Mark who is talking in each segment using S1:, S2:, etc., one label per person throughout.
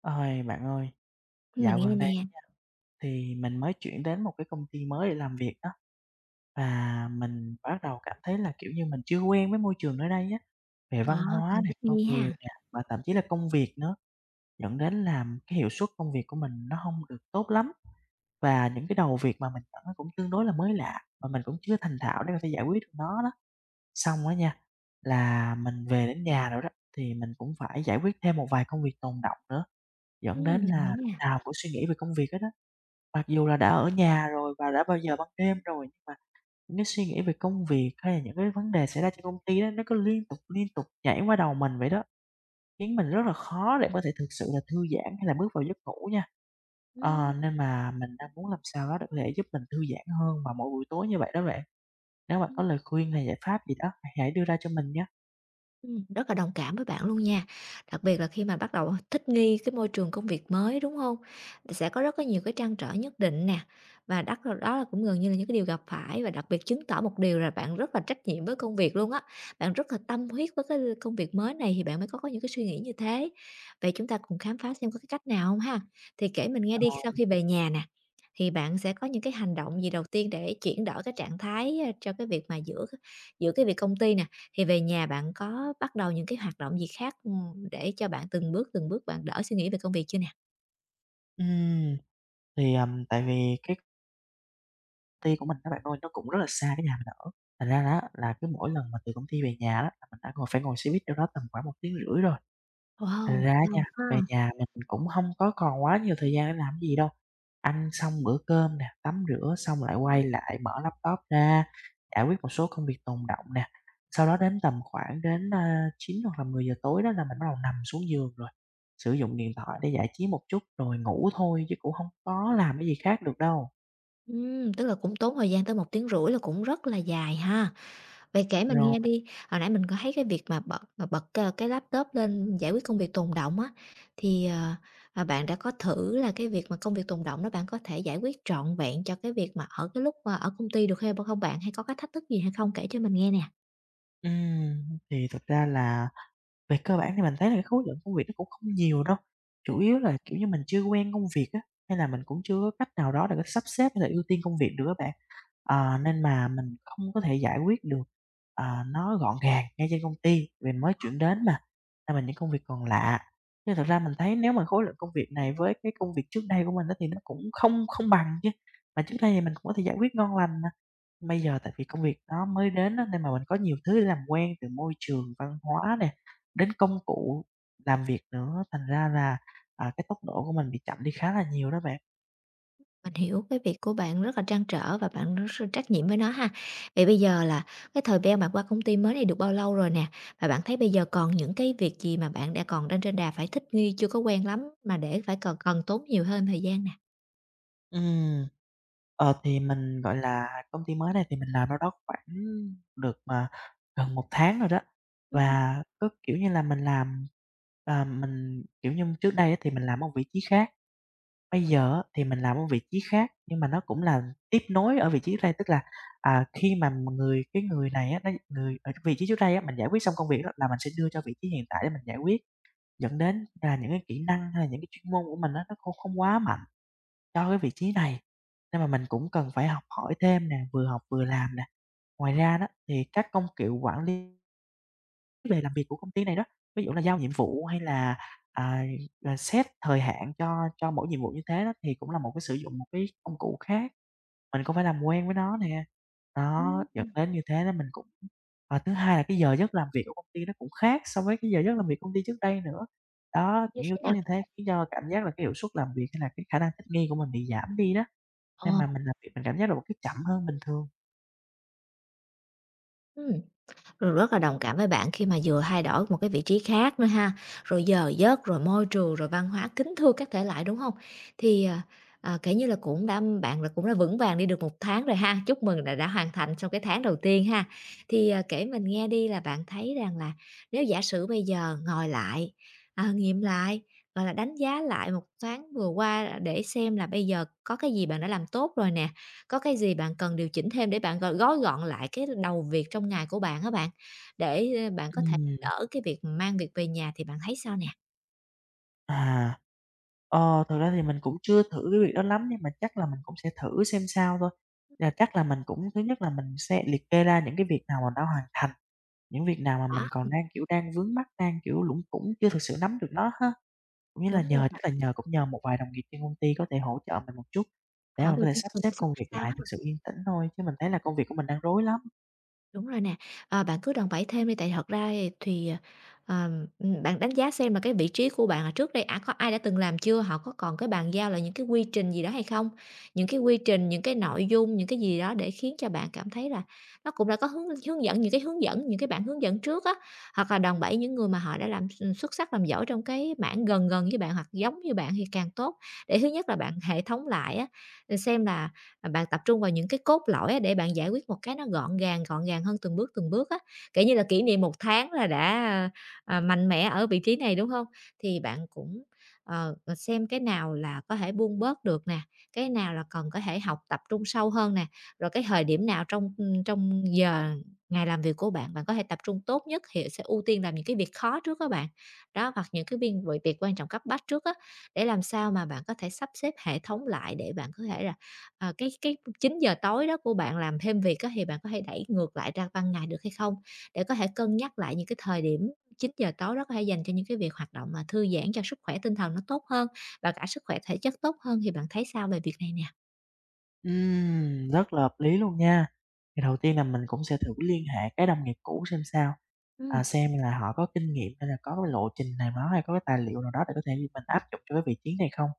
S1: Ôi, bạn ơi,
S2: Mình
S1: dạo
S2: nghe
S1: gần đây
S2: nè,
S1: nha, thì mình mới chuyển đến một cái công ty mới để làm việc đó. Và mình bắt đầu cảm thấy là, kiểu như, mình chưa quen với môi trường nơi đây á, về
S2: ờ,
S1: văn hóa
S2: còn
S1: nè,
S2: thích
S1: con
S2: nghi
S1: người
S2: ha.
S1: nè, và thậm chí là công việc nữa, dẫn đến làm cái hiệu suất công việc của mình nó không được tốt lắm. Và những cái đầu việc mà mình nhận nó cũng tương đối là mới lạ, và mình cũng chưa thành thạo để có thể giải quyết được nó đó. Xong á nha, là mình về đến nhà rồi đó, thì mình cũng phải giải quyết thêm một vài công việc tồn đọng nữa, dẫn đến
S2: Mình hiểu
S1: là lúc
S2: nè.
S1: nào cũng suy nghĩ về công việc hết á. Mặc dù là đã ở nhà rồi và đã bao giờ ban đêm rồi, nhưng mà những cái suy nghĩ về công việc hay là những cái vấn đề xảy ra trên công ty đó nó cứ liên tục nhảy qua đầu mình vậy đó. Khiến mình rất là khó để có thể thực sự là thư giãn hay là bước vào giấc ngủ nha. Ờ, nên mà mình đang muốn làm sao đó để có thể giúp mình thư giãn hơn vào mỗi buổi tối như vậy đó bạn. Nếu bạn có
S2: Ừm.
S1: lời khuyên hay giải pháp gì đó, hãy đưa ra cho mình nhé.
S2: Rất là đồng cảm với bạn luôn nha. Đặc biệt là khi mà bắt đầu thích nghi cái môi trường công việc mới, đúng không? Thì sẽ có rất có nhiều cái trăn trở nhất định nè, và đắt đó là cũng gần như là những cái điều gặp phải và đặc biệt chứng tỏ một điều là bạn rất là trách nhiệm với công việc luôn á. Bạn rất là tâm huyết với cái công việc mới này thì bạn mới có những cái suy nghĩ như thế. Vậy chúng ta cùng khám phá xem có cái cách nào không ha? Thì kể mình nghe đi,
S1: Ờ,
S2: sau khi về nhà nè, thì bạn sẽ có những cái hành động gì đầu tiên để chuyển đổi cái trạng thái, cho cái việc mà giữa giữa cái việc công ty nè, thì về nhà bạn có bắt đầu những cái hoạt động gì khác, để cho bạn từng bước bạn đỡ suy nghĩ về công việc chưa nè?
S1: ừm, tại vì cái công ty của mình các bạn ơi, nó cũng rất là xa cái nhà mình ở, thành ra đó là cứ mỗi lần mà từ công ty về nhà đó là mình đã ngồi phải ngồi xe buýt đâu đó tầm khoảng một tiếng rưỡi rồi. Thành
S2: Wow!
S1: ra á nha,
S2: Lâu
S1: về
S2: ha.
S1: nhà mình cũng hông có còn quá nhiều thời gian để làm cái gì đâu, ăn xong bữa cơm nè, tắm rửa xong lại quay lại mở laptop ra, giải quyết một số công việc tồn đọng nè. Sau đó đến tầm khoảng 9 hoặc là 10 giờ tối đó là mình bắt đầu nằm xuống giường rồi, sử dụng điện thoại để giải trí một chút rồi ngủ thôi chứ cũng hông có làm cái gì khác được đâu.
S2: Tức là cũng tốn thời gian tới 1 tiếng rưỡi là cũng rất là dài ha. Vậy kể mình
S1: Rồi,
S2: nghe đi, hồi nãy mình có thấy cái việc mà cái laptop lên giải quyết công việc tồn đọng á, thì, ờ, bạn đã có thử là cái việc mà công việc tồn đọng đó bạn có thể giải quyết trọn vẹn cho cái việc mà ở cái lúc mà ở công ty được hay không bạn? Hay có cái thách thức gì hay không? Kể cho mình nghe
S1: thì thực ra là về cơ bản thì mình thấy là cái khối lượng công việc nó cũng không nhiều đâu, chủ
S2: nè.
S1: yếu là, kiểu như, mình chưa quen công việc á, hay là mình cũng chưa có cách nào đó để có sắp xếp hay là ưu tiên công việc được các bạn. Ờ, nên mà mình không có thể giải quyết được, ờ, nó gọn gàng ngay trên công ty, vì mới chuyển đến mà, nên mình những công việc còn lạ. Nhưng thật ra mình thấy nếu mà khối lượng công việc này với cái công việc trước đây của mình á thì nó cũng không không bằng chứ, mà trước đây thì mình cũng có thể giải quyết ngon lành mà. Bây giờ tại vì công việc nó mới đến á, nên mà mình có nhiều thứ để làm quen từ môi trường, văn hóa nè, đến công cụ làm việc nữa, thành ra là, cái tốc độ của mình bị chậm đi khá là nhiều đó bạn.
S2: Mình hiểu cái việc của bạn rất là trăn trở và bạn rất là trách nhiệm với nó ha. Vậy bây giờ là cái thời gian bạn qua công ty mới này được bao lâu rồi nè? Và bạn thấy bây giờ còn những cái việc gì mà bạn đã còn đang trên đà phải thích nghi chưa có quen lắm mà để phải cần cần tốn nhiều hơn thời gian nè?
S1: Ừm, thì mình, gọi là, công ty mới này thì mình làm đâu đó khoảng được, gần 1 tháng rồi đó,
S2: Ừm.
S1: và cứ, kiểu như là, mình, kiểu như, trước đây á thì mình làm ở một vị trí khác. Bây giờ thì mình làm ở vị trí khác, nhưng mà nó cũng là tiếp nối ở vị trí trước đây, tức là, khi mà cái người này á, nó người ở vị trí trước đây á, mình giải quyết xong công việc á, là mình sẽ đưa cho vị trí hiện tại để mình giải quyết, dẫn đến là những cái kỹ năng hay là những cái chuyên môn của mình á, nó không không quá mạnh cho cái vị trí này. Nên mà mình cũng cần phải học hỏi thêm nè, vừa học vừa làm nè. Ngoài ra đó, thì các công cụ quản lý về làm việc của công ty này đó, ví dụ là giao nhiệm vụ hay là, à, là xét thời hạn cho mỗi nhiệm vụ như thế đó, thì cũng là một cái sử dụng một cái công cụ khác, mình cũng phải làm quen với nó nè. Đó, dẫn
S2: Ừm.
S1: đến như thế đó mình cũng và thứ hai là cái giờ giấc làm việc của công ty nó cũng khác so với cái giờ giấc làm việc công ty trước đây nữa. Đó,
S2: Như
S1: những yếu
S2: thế
S1: tố
S2: nào?
S1: như thế khiến cho cảm giác là cái hiệu suất làm việc hay là cái khả năng thích nghi của mình bị giảm đi đó,
S2: Ờ.
S1: nên mà mình làm việc mình cảm giác là một cái chậm hơn bình thường.
S2: ừ Rồi rất là đồng cảm với bạn khi mà vừa thay đổi một cái vị trí khác nữa ha, rồi giờ giấc, rồi môi trường, rồi văn hóa, kính thưa các thể loại, đúng không? Thì, à, kể như là cũng đã vững vàng đi được 1 tháng rồi ha, chúc mừng là đã hoàn thành trong cái tháng đầu tiên ha. Kể mình nghe đi là bạn thấy rằng là nếu giả sử bây giờ ngồi lại, nghiệm lại, gọi là, đánh giá lại 1 tháng vừa qua để xem là bây giờ có cái gì bạn đã làm tốt rồi nè, có cái gì bạn cần điều chỉnh thêm để bạn gói gọn lại cái đầu việc trong ngày của bạn á bạn? Bạn có thể
S1: Ừm.
S2: đỡ cái việc mang việc về nhà thì bạn thấy sao nè?
S1: À, thực ra thì mình cũng chưa thử cái việc đó lắm nhưng mà chắc là mình cũng sẽ thử xem sao thôi. Là chắc là mình cũng thứ nhất là mình sẽ liệt kê ra những cái việc nào mà đã hoàn thành, những việc nào mà
S2: Đó,
S1: mình còn đang, kiểu, đang vướng mắc, đang, kiểu, lủng củng, chưa thực sự nắm được nó ha. Cũng như là
S2: đúng rồi
S1: nhờ
S2: nè,
S1: chắc là nhờ cũng nhờ một vài đồng nghiệp trên công ty có thể hỗ trợ mình một chút để mà
S2: hỏi
S1: mình
S2: về
S1: có thể
S2: quy
S1: sắp
S2: trình
S1: xếp
S2: xem
S1: công việc
S2: sao
S1: lại
S2: ha.
S1: thực sự yên tĩnh thôi, chứ mình thấy là công việc của mình đang rối lắm.
S2: Đúng rồi nè, bạn cứ đòn bẩy thêm đi, tại thật ra thì, ờ, bạn đánh giá xem là cái vị trí của bạn là trước đây đã có ai đã từng làm chưa? Họ có còn cái bàn giao là những cái quy trình gì đó hay không? Những cái quy trình, những cái nội dung, những cái gì đó để khiến cho bạn cảm thấy là nó cũng đã có hướng hướng dẫn những cái hướng dẫn, những cái bản hướng dẫn trước á, hoặc là đòn bẩy những người mà họ đã làm xuất sắc, làm giỏi trong cái mảng gần gần với bạn hoặc giống như bạn thì càng tốt. Để thứ nhất là bạn hệ thống lại á, xem là bạn tập trung vào những cái cốt lõi á để bạn giải quyết một cái nó gọn gàng hơn từng bước á. Kể như là, kỷ niệm 1 tháng là đã, mạnh mẽ ở vị trí này, đúng không? Thì bạn cũng, xem cái nào là có thể buông bớt được nè, cái nào là cần có thể học tập trung sâu hơn nè, rồi cái thời điểm nào trong, trong giờ ngày làm việc của bạn, bạn có thể tập trung tốt nhất thì sẽ ưu tiên làm những cái việc khó trước các bạn. Đó, hoặc những cái biên v việc quan trọng cấp bách trước á, để làm sao mà bạn có thể sắp xếp hệ thống lại để bạn có thể là cái 9 giờ tối đó của bạn làm thêm việc á, thì bạn có thể đẩy ngược lại ra ban ngày được hay không? Để có thể cân nhắc lại những cái thời điểm 9 giờ tối đó có thể dành cho những cái việc hoạt động mà thư giãn cho sức khỏe tinh thần nó tốt hơn và cả sức khỏe thể chất tốt hơn, thì bạn thấy sao về việc này nè?
S1: Rất là hợp lý luôn nha. Thì đầu tiên là mình cũng sẽ thử liên hệ cái đồng nghiệp cũ xem sao,
S2: Ừm.
S1: xem là họ có kinh nghiệm hay là có cái lộ trình nào đó hay có cái tài liệu nào đó để có thể mình áp dụng cho cái vị trí này không?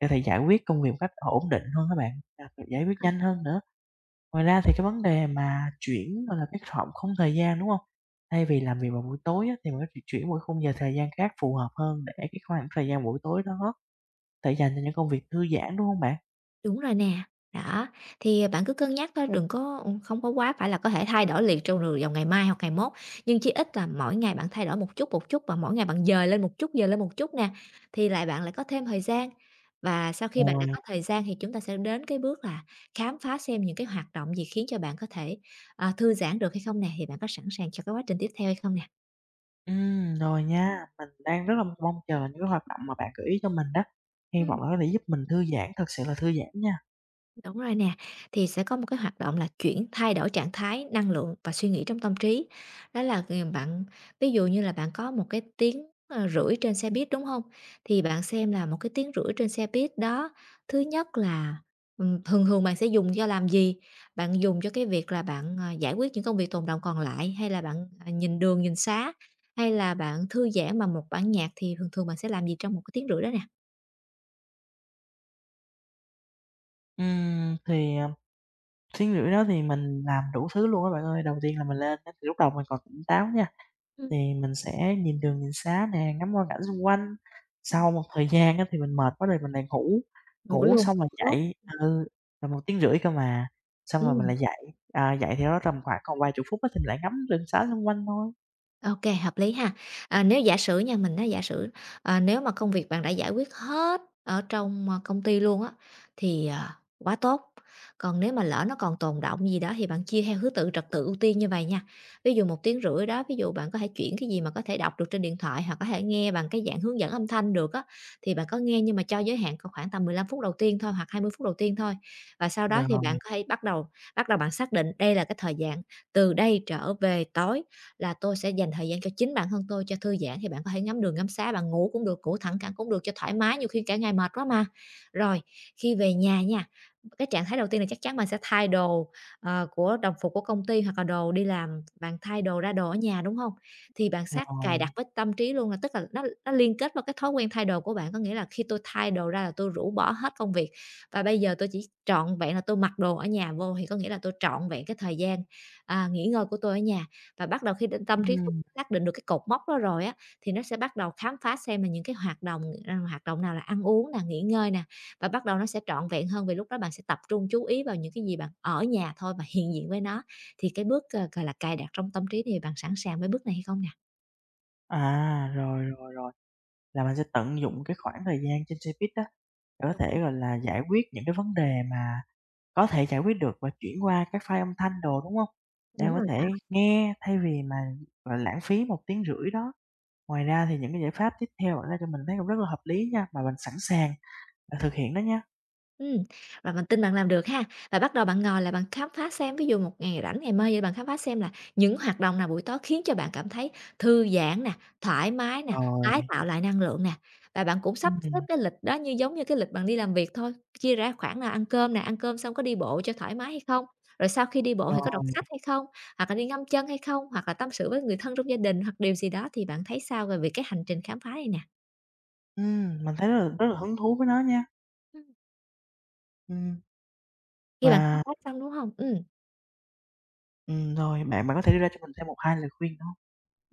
S1: Để có thể giải quyết công việc một cách ổn định hơn các bạn, giải quyết nhanh hơn nữa. Ngoài ra thì cái vấn đề mà chuyển, gọi là, cái khoảng không thời gian, đúng không? Thay vì làm việc vào buổi tối á, thì mình có thể chuyển một cái khung giờ thời gian khác phù hợp hơn để cái khoảng thời gian buổi tối đó có thể dành cho những công việc thư giãn, đúng không bạn?
S2: Đúng rồi nè. Đó, bạn cứ cân nhắc thôi, đừng có không có quá phải là có thể thay đổi liền trong rồi vào ngày mai hoặc ngày mốt, nhưng chí ít là mỗi ngày bạn thay đổi một chút và mỗi ngày bạn dời lên một chút, dời lên một chút nè, thì bạn lại có thêm thời gian. Và sau
S1: Ờ.
S2: khi bạn đã có thời gian thì chúng ta sẽ đến cái bước là khám phá xem những cái hoạt động gì khiến cho bạn có thể, thư giãn được hay không nè, thì bạn có sẵn sàng cho cái quá trình tiếp theo hay không nè?
S1: Rồi nha. Mình đang rất là mong chờ những cái hoạt động mà bạn gợi ý cho mình đó, hy
S2: Ừm.
S1: vọng là có thể giúp mình thư giãn, thực sự là thư giãn nha.
S2: Đúng rồi nè, thì sẽ có một cái hoạt động là chuyển thay đổi trạng thái, năng lượng và suy nghĩ trong tâm trí. Đó là khi mà bạn ví dụ như là bạn có một cái tiếng rưỡi trên xe buýt đúng không? Thì bạn xem là một cái tiếng rưỡi trên xe buýt đó, thứ nhất là thường thường bạn sẽ dùng cho làm gì? Bạn dùng cho cái việc là bạn giải quyết những công việc tồn đọng còn lại hay là bạn nhìn đường nhìn xá hay là bạn thư giãn bằng một bản nhạc thì thường thường bạn sẽ làm gì trong một cái tiếng rưỡi đó nè?
S1: Ừm, thì, ờ, tiếng rưỡi đó thì mình làm đủ thứ luôn các bạn ơi. Đầu tiên là mình lên á thì lúc đầu mình còn tỉnh táo nha,
S2: Ừ.
S1: thì mình sẽ nhìn đường nhìn xá nè, ngắm quang cảnh xung quanh.
S2: Ừ.
S1: Sau một thời gian á thì mình mệt quá rồi mình lại ngủ,
S2: Ngủ
S1: ngủ
S2: luôn.
S1: xong rồi
S2: Tốt.
S1: dậy, ừ, là một tiếng rưỡi cơ mà, xong
S2: Ừ.
S1: rồi mình lại dậy, dậy thì nó tầm khoảng còn vài chục phút á thì mình lại ngắm đường xá xung quanh thôi.
S2: OK hợp lý ha. À, nếu giả sử nha, mình nói giả sử, nếu mà công việc bạn đã giải quyết hết ở trong, công ty luôn á, thì, ờ, quá tốt. Còn nếu mà lỡ nó còn tồn đọng gì đó thì bạn chia theo thứ tự trật tự ưu tiên như vậy nha. Ví dụ 1 tiếng rưỡi đó, ví dụ bạn có thể chuyển cái gì mà có thể đọc được trên điện thoại hoặc có thể nghe bằng cái dạng hướng dẫn âm thanh được á, thì bạn có nghe nhưng mà cho giới hạn có khoảng tầm 15 phút đầu tiên thôi hoặc 20 phút đầu tiên thôi. Và sau đó thì
S1: Rồi,
S2: bạn có thể bắt đầu bạn xác định đây là cái thời gian từ đây trở về tối là tôi sẽ dành thời gian cho chính bản thân tôi, cho thư giãn thì bạn có thể ngắm đường ngắm xá, bạn ngủ cũng được, ngủ thẳng cẳng cũng được cho thoải mái, nhiều khi cả ngày mệt quá mà. Rồi, khi về nhà nha, cái trạng thái đầu tiên là chắc chắn bạn sẽ thay đồ, của đồng phục của công ty hoặc là đồ đi làm, bạn thay đồ ra đồ ở nhà, đúng không? Thì bạn sát cài đặt
S1: rồi.
S2: với tâm trí luôn là tức là nó liên kết vào cái thói quen thay đồ của bạn, có nghĩa là khi tôi thay đồ ra là tôi rũ bỏ hết công việc và bây giờ tôi chỉ trọn vẹn là tôi mặc đồ ở nhà vô thì có nghĩa là tôi trọn vẹn cái thời gian, nghỉ ngơi của tôi ở nhà. Và bắt đầu khi định tâm trí của bạn
S1: Ừm,
S2: xác định được cái cột mốc đó rồi á, thì nó sẽ bắt đầu khám phá xem là những cái hoạt động, hoạt động nào là ăn uống nè, nghỉ ngơi nè, và bắt đầu nó sẽ trọn vẹn hơn vì lúc đó bạn sẽ tập trung chú ý vào những cái gì bạn ở nhà thôi và hiện diện với nó. Thì cái bước, gọi là, cài đặt trong tâm trí thì bạn sẵn sàng với bước này hay không nè?
S1: rồi, rồi, rồi, là mình sẽ tận dụng cái khoảng thời gian trên xe buýt đó để có
S2: Đúng
S1: thể,
S2: rồi,
S1: gọi là, giải quyết những cái vấn đề mà có thể giải quyết được và chuyển qua các file âm thanh đồ, đúng hông? Để
S2: đúng
S1: có
S2: rồi
S1: thể
S2: đó.
S1: nghe thay vì mà, gọi là, lãng phí một tiếng rưỡi đó. Ngoài ra thì những cái giải pháp tiếp theo bạn đưa cho mình thấy cũng rất là hợp lý nha, mà mình sẵn sàng, thực hiện đó nha.
S2: Ừm, và mình tin bạn làm được ha. Và bắt đầu bạn ngồi là bạn khám phá xem, ví dụ một ngày rảnh ngày mai vậy bạn khám phá xem là những hoạt động nào buổi tối khiến cho bạn cảm thấy thư giãn nè, thoải mái nè, tái
S1: Rồi,
S2: tạo lại năng lượng nè. Và bạn cũng sắp xếp
S1: ừm,
S2: cái lịch đó như giống như cái lịch bạn đi làm việc thôi, chia ra khoảng là ăn cơm nè, ăn cơm xong có đi bộ cho thoải mái hay không, rồi sau khi đi bộ thì có
S1: rồi,
S2: đọc sách hay không, hoặc là đi ngâm chân hay không, hoặc là tâm sự với người thân trong gia đình hoặc điều gì đó thì bạn thấy sao về việc cái hành trình khám phá này nè?
S1: mình thấy rất là hứng thú với nó nha.
S2: Ừm.
S1: Ừm,
S2: Khi bạn khám
S1: và
S2: phá xong, đúng không? Ừm.
S1: rồi bạn bạn có thể đưa ra cho mình thêm 1 2 lời khuyên được hông?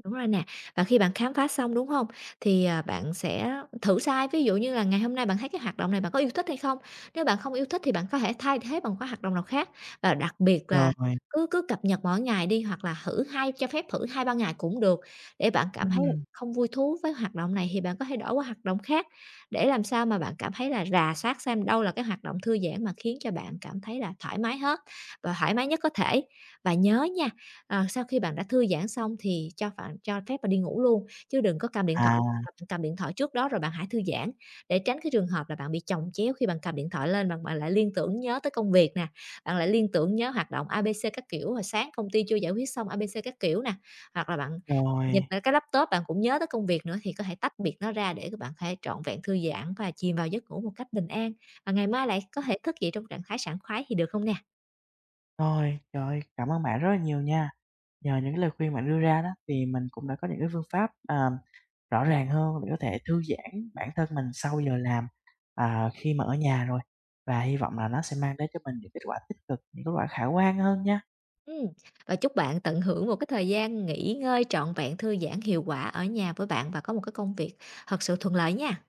S2: Đúng rồi nè, và khi bạn khám phá xong, đúng không? Bạn sẽ thử sai, ví dụ như là ngày hôm nay bạn thấy cái hoạt động này bạn có yêu thích hay không? Nếu bạn không yêu thích thì bạn có thể thay thế bằng cái hoạt động nào khác, và đặc biệt là
S1: Rồi,
S2: cứ cứ cập nhật mỗi ngày đi, hoặc là thử hai cho phép thử 2 3 ngày cũng được, để bạn cảm thấy là
S1: ừm.
S2: không vui thú với hoạt động này thì bạn có thể đổi qua hoạt động khác, để làm sao mà bạn cảm thấy là rà soát xem đâu là cái hoạt động thư giãn mà khiến cho bạn cảm thấy là thoải mái hết và thoải mái nhất có thể. Và nhớ nha. Sau khi bạn đã thư giãn xong thì cho phép bạn đi ngủ luôn, chứ đừng có cầm điện thoại
S1: À,
S2: bạn cầm điện thoại trước đó rồi bạn hãy thư giãn, để tránh cái trường hợp là bạn bị chồng chéo khi bạn cầm điện thoại lên bạn bạn lại liên tưởng nhớ tới công việc nè, bạn lại liên tưởng nhớ hoạt động ABC các kiểu, rồi sáng công ty chưa giải quyết xong ABC các kiểu nè, hoặc là bạn nhìn
S1: rồi,
S2: lại cái laptop bạn cũng nhớ tới công việc nữa thì có thể tách biệt nó ra để các bạn có thể trọn vẹn thư giãn và chìm vào giấc ngủ một cách bình an, và ngày mai lại có thể thức dậy trong trạng thái sảng khoái thì được không nè?
S1: rồi, trời ơi, cảm ơn bạn rất là nhiều nha. Nhờ những cái lời khuyên bạn đưa ra đó thì mình cũng đã có những cái phương pháp, rõ ràng hơn để có thể thư giãn bản thân mình sau giờ làm, khi mà ở nhà rồi. Và hy vọng là nó sẽ mang đến cho mình những kết quả tích cực, những kết quả khả quan hơn nha.
S2: Ừm, và chúc bạn tận hưởng một cái thời gian nghỉ ngơi trọn vẹn, thư giãn hiệu quả ở nhà với bạn và có một cái công việc thật sự thuận lợi nha.